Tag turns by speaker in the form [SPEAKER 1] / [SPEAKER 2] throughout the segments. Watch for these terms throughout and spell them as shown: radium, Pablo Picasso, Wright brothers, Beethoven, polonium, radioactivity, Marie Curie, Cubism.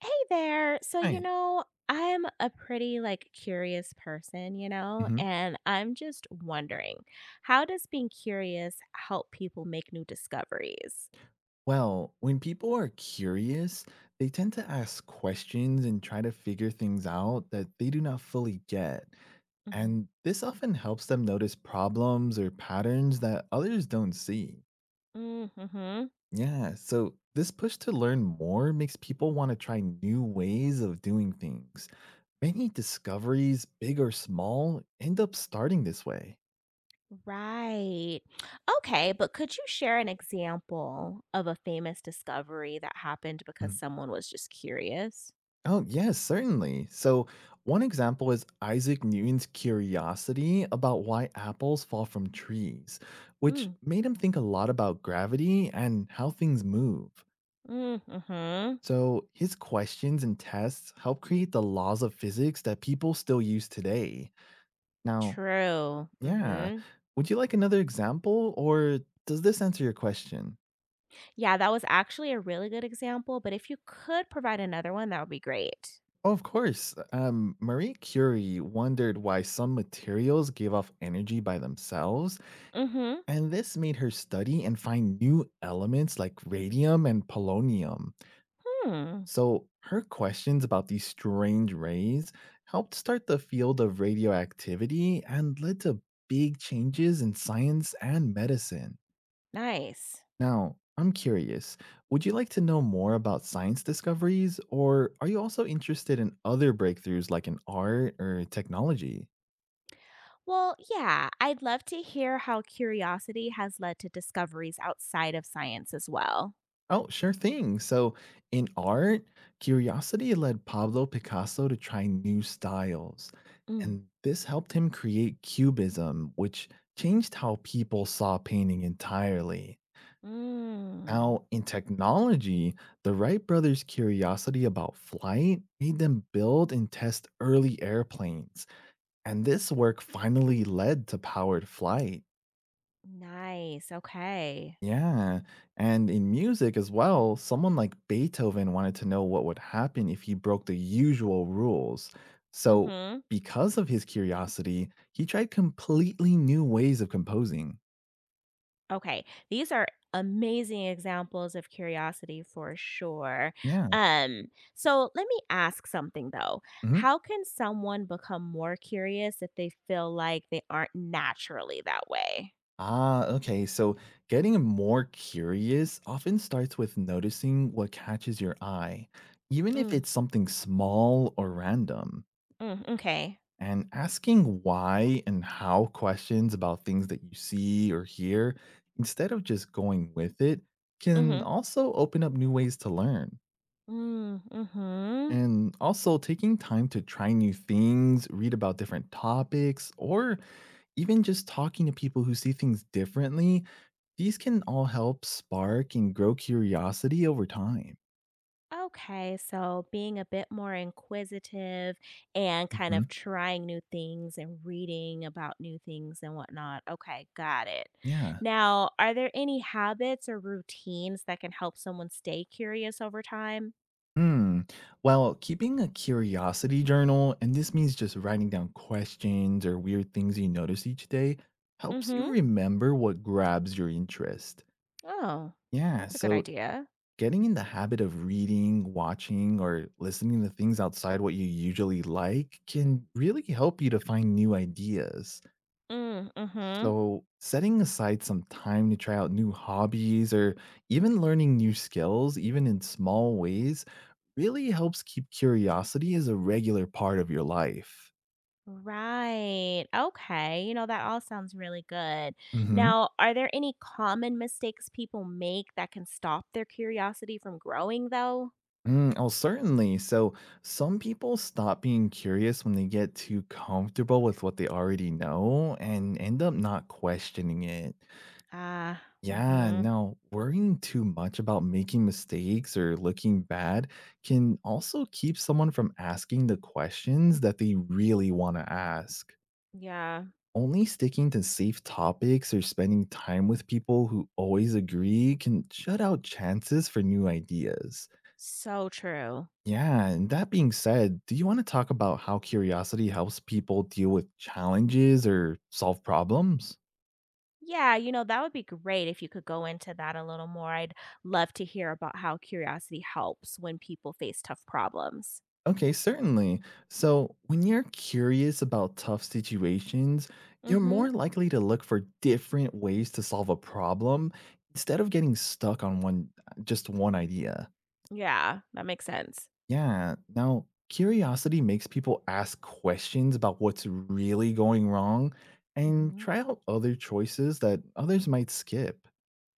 [SPEAKER 1] Hey there.
[SPEAKER 2] Right.
[SPEAKER 1] I'm a pretty like curious person,
[SPEAKER 2] Mhm.
[SPEAKER 1] and I'm just wondering, how does being curious help people make new discoveries?
[SPEAKER 2] Well, when people are curious, they tend to ask questions and try to figure things out that they do not fully get. And this often helps them notice problems or patterns that others don't see.
[SPEAKER 1] Hmm, hmm.
[SPEAKER 2] Yeah, so this push to learn more makes people want to try new ways of doing things. Many discoveries, big or small, end up starting this way.
[SPEAKER 1] Right. Okay, but could you share an example of a famous discovery that happened because someone was just curious?
[SPEAKER 2] Oh, yes, certainly. One example is Isaac Newton's curiosity about why apples fall from trees, which
[SPEAKER 1] Mm.
[SPEAKER 2] made him think a lot about gravity and how things move.
[SPEAKER 1] Mm-hmm.
[SPEAKER 2] So, his questions and tests helped create the laws of physics that people still use today. Now,
[SPEAKER 1] True.
[SPEAKER 2] yeah,
[SPEAKER 1] Mm-hmm.
[SPEAKER 2] would you like another example, or does this answer your question?
[SPEAKER 1] Yeah, that was actually a really good example, but if you could provide another one, that would be great.
[SPEAKER 2] Oh, of course. Marie Curie wondered why some materials gave off energy by themselves,
[SPEAKER 1] Mhm.
[SPEAKER 2] and this made her study and find new elements like radium and polonium.
[SPEAKER 1] Hmm.
[SPEAKER 2] So her questions about these strange rays helped start the field of radioactivity and led to big changes in science and medicine.
[SPEAKER 1] Nice.
[SPEAKER 2] Now, I'm curious, would you like to know more about science discoveries, or are you also interested in other breakthroughs like in art or technology?
[SPEAKER 1] Well, yeah, I'd love to hear how curiosity has led to discoveries outside of science as well.
[SPEAKER 2] Oh, sure thing. So, in art, curiosity led Pablo Picasso to try new styles.
[SPEAKER 1] Mm.
[SPEAKER 2] And this helped him create Cubism, which changed how people saw painting entirely.
[SPEAKER 1] Mm.
[SPEAKER 2] Now, in technology, the Wright brothers' curiosity about flight made them build and test early airplanes. And this work finally led to powered flight.
[SPEAKER 1] Nice. Okay.
[SPEAKER 2] Yeah. And in music as well, someone like Beethoven wanted to know what would happen if he broke the usual rules. So,
[SPEAKER 1] Mhm.
[SPEAKER 2] because of his curiosity, he tried completely new ways of composing.
[SPEAKER 1] Okay, these are amazing examples of curiosity for sure.
[SPEAKER 2] Yeah.
[SPEAKER 1] Um, so let me ask something though.
[SPEAKER 2] Mhm.
[SPEAKER 1] How can someone become more curious if they feel like they aren't naturally that way?
[SPEAKER 2] Ah, okay. So, getting more curious often starts with noticing what catches your eye, even if
[SPEAKER 1] Mm,
[SPEAKER 2] it's something small or random.
[SPEAKER 1] mm, okay.
[SPEAKER 2] And asking why and how questions about things that you see or hear, instead of just going with it, can
[SPEAKER 1] Mm-hmm.
[SPEAKER 2] also open up new ways to learn.
[SPEAKER 1] Mm, hmm, mm, hmm.
[SPEAKER 2] And also, taking time to try new things, read about different topics, or even just talking to people who see things differently, these can all help spark and grow curiosity over time.
[SPEAKER 1] Okay, so being a bit more inquisitive and kind
[SPEAKER 2] Hmm.
[SPEAKER 1] of trying new things and reading about new things and whatnot. Okay, got it.
[SPEAKER 2] Yeah.
[SPEAKER 1] Now, are there any habits or routines that can help someone stay curious over time?
[SPEAKER 2] Hmm. Well, keeping a curiosity journal, and this means just writing down questions or weird things you notice each day, helps you
[SPEAKER 1] Mm-hmm.
[SPEAKER 2] remember what grabs your interest.
[SPEAKER 1] Oh,
[SPEAKER 2] Yeah,
[SPEAKER 1] that's a good
[SPEAKER 2] so
[SPEAKER 1] idea.
[SPEAKER 2] getting in the habit of reading, watching, or listening to things outside what you usually like can really help you to find new ideas.
[SPEAKER 1] Mm, mm-hmm.
[SPEAKER 2] So, setting aside some time to try out new hobbies or even learning new skills, even in small ways, really helps keep curiosity as a regular part of your life.
[SPEAKER 1] Right. Okay. You know, that all sounds really good.
[SPEAKER 2] Hmm.
[SPEAKER 1] Now, are there any common mistakes people make that can stop their curiosity from growing, though?
[SPEAKER 2] Oh, certainly. So, some people stop being curious when they get too comfortable with what they already know and end up not questioning it.
[SPEAKER 1] Ah,
[SPEAKER 2] Yeah,
[SPEAKER 1] mhm.
[SPEAKER 2] no, worrying too much about making mistakes or looking bad can also keep someone from asking the questions that they really want to ask.
[SPEAKER 1] Yeah,
[SPEAKER 2] Only sticking to safe topics or spending time with people who always agree can shut out chances for new ideas.
[SPEAKER 1] so true.
[SPEAKER 2] Yeah, and that being said, do you want to talk about how curiosity helps people deal with challenges or solve problems?
[SPEAKER 1] Yeah, you know, that would be great if you could go into that a little more. I'd love to hear about how curiosity helps when people face tough problems.
[SPEAKER 2] Okay, certainly. So, when you're curious about tough situations, you're
[SPEAKER 1] Mhm.
[SPEAKER 2] more likely to look for different ways to solve a problem instead of getting stuck on one just one idea.
[SPEAKER 1] Yeah, that makes sense.
[SPEAKER 2] Yeah. Now, curiosity makes people ask questions about what's really going wrong and
[SPEAKER 1] Mhm.
[SPEAKER 2] try out other choices that others might skip.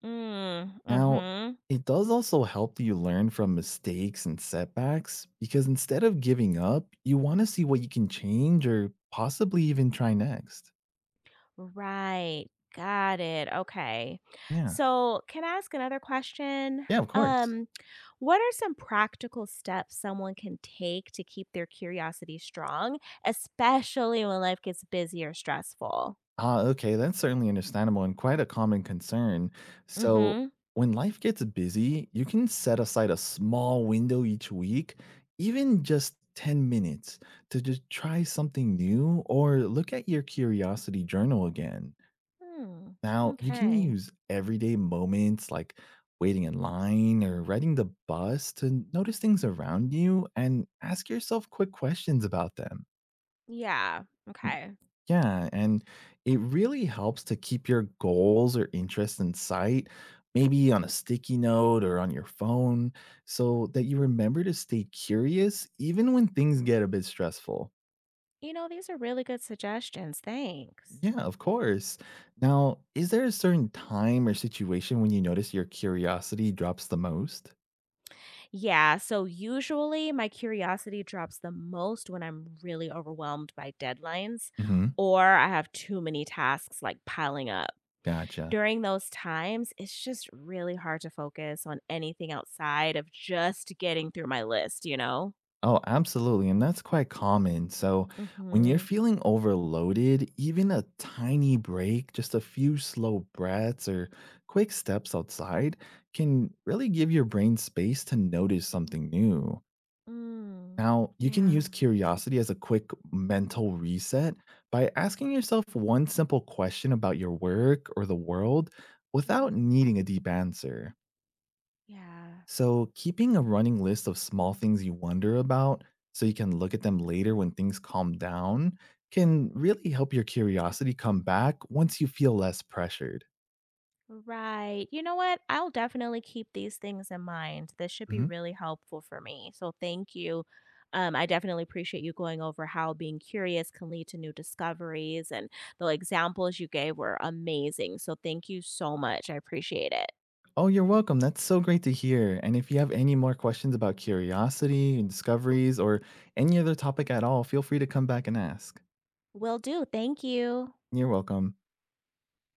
[SPEAKER 1] Mm,
[SPEAKER 2] Now,
[SPEAKER 1] mhm.
[SPEAKER 2] it does also help you learn from mistakes and setbacks because instead of giving up, you want to see what you can change or possibly even try next.
[SPEAKER 1] Right. Got it. Okay.
[SPEAKER 2] Yeah.
[SPEAKER 1] So, can I ask another question?
[SPEAKER 2] Yeah, of course.
[SPEAKER 1] Um, what are some practical steps someone can take to keep their curiosity strong, especially when life gets busy or stressful?
[SPEAKER 2] Ah, okay. That's certainly understandable and quite a common concern. So,
[SPEAKER 1] Mhm.
[SPEAKER 2] when life gets busy, you can set aside a small window each week, even just 10 minutes, to just try something new or look at your curiosity journal again.
[SPEAKER 1] Hmm.
[SPEAKER 2] Now, you can
[SPEAKER 1] Okay.
[SPEAKER 2] use everyday moments like waiting in line or riding the bus to notice things around you and ask yourself quick questions about them.
[SPEAKER 1] Yeah.
[SPEAKER 2] Mm,
[SPEAKER 1] Okay.
[SPEAKER 2] Yeah, and it really helps to keep your goals or interests in sight, maybe on a sticky note or on your phone, so that you remember to stay curious even when things get a bit stressful.
[SPEAKER 1] You know, these are really good suggestions. Thanks.
[SPEAKER 2] Yeah, of course. Now, is there a certain time or situation when you notice your curiosity drops the most?
[SPEAKER 1] Yeah, so usually my curiosity drops the most when I'm really overwhelmed by deadlines
[SPEAKER 2] Hmm.
[SPEAKER 1] or I have too many tasks like piling up.
[SPEAKER 2] Gotcha.
[SPEAKER 1] During those times, it's just really hard to focus on anything outside of just getting through my list, you know?
[SPEAKER 2] Oh, absolutely. And that's quite common. So, when you're
[SPEAKER 1] Mhm.
[SPEAKER 2] feeling overloaded, even a tiny break, just a few slow breaths or quick steps outside can really give your brain space to notice something new.
[SPEAKER 1] Mm.
[SPEAKER 2] Now, you can use
[SPEAKER 1] Yeah.
[SPEAKER 2] curiosity as a quick mental reset by asking yourself one simple question about your work or the world without
[SPEAKER 1] Mhm.
[SPEAKER 2] needing a deep answer.
[SPEAKER 1] Yeah.
[SPEAKER 2] So, keeping a running list of small things you wonder about so you can look at them later when things calm down can really help your curiosity come back once you feel less pressured.
[SPEAKER 1] Right. You know what? I'll definitely keep these things in mind. This should be really helpful for me. So thank you. I definitely appreciate you going over how being curious can lead to new discoveries. And the examples you gave were amazing. So thank you so much. I appreciate it.
[SPEAKER 2] Oh, you're welcome. That's so great to hear. And if you have any more questions about curiosity and discoveries or any other topic at all, feel free to come back and ask.
[SPEAKER 1] Will do. Thank you.
[SPEAKER 2] You're welcome.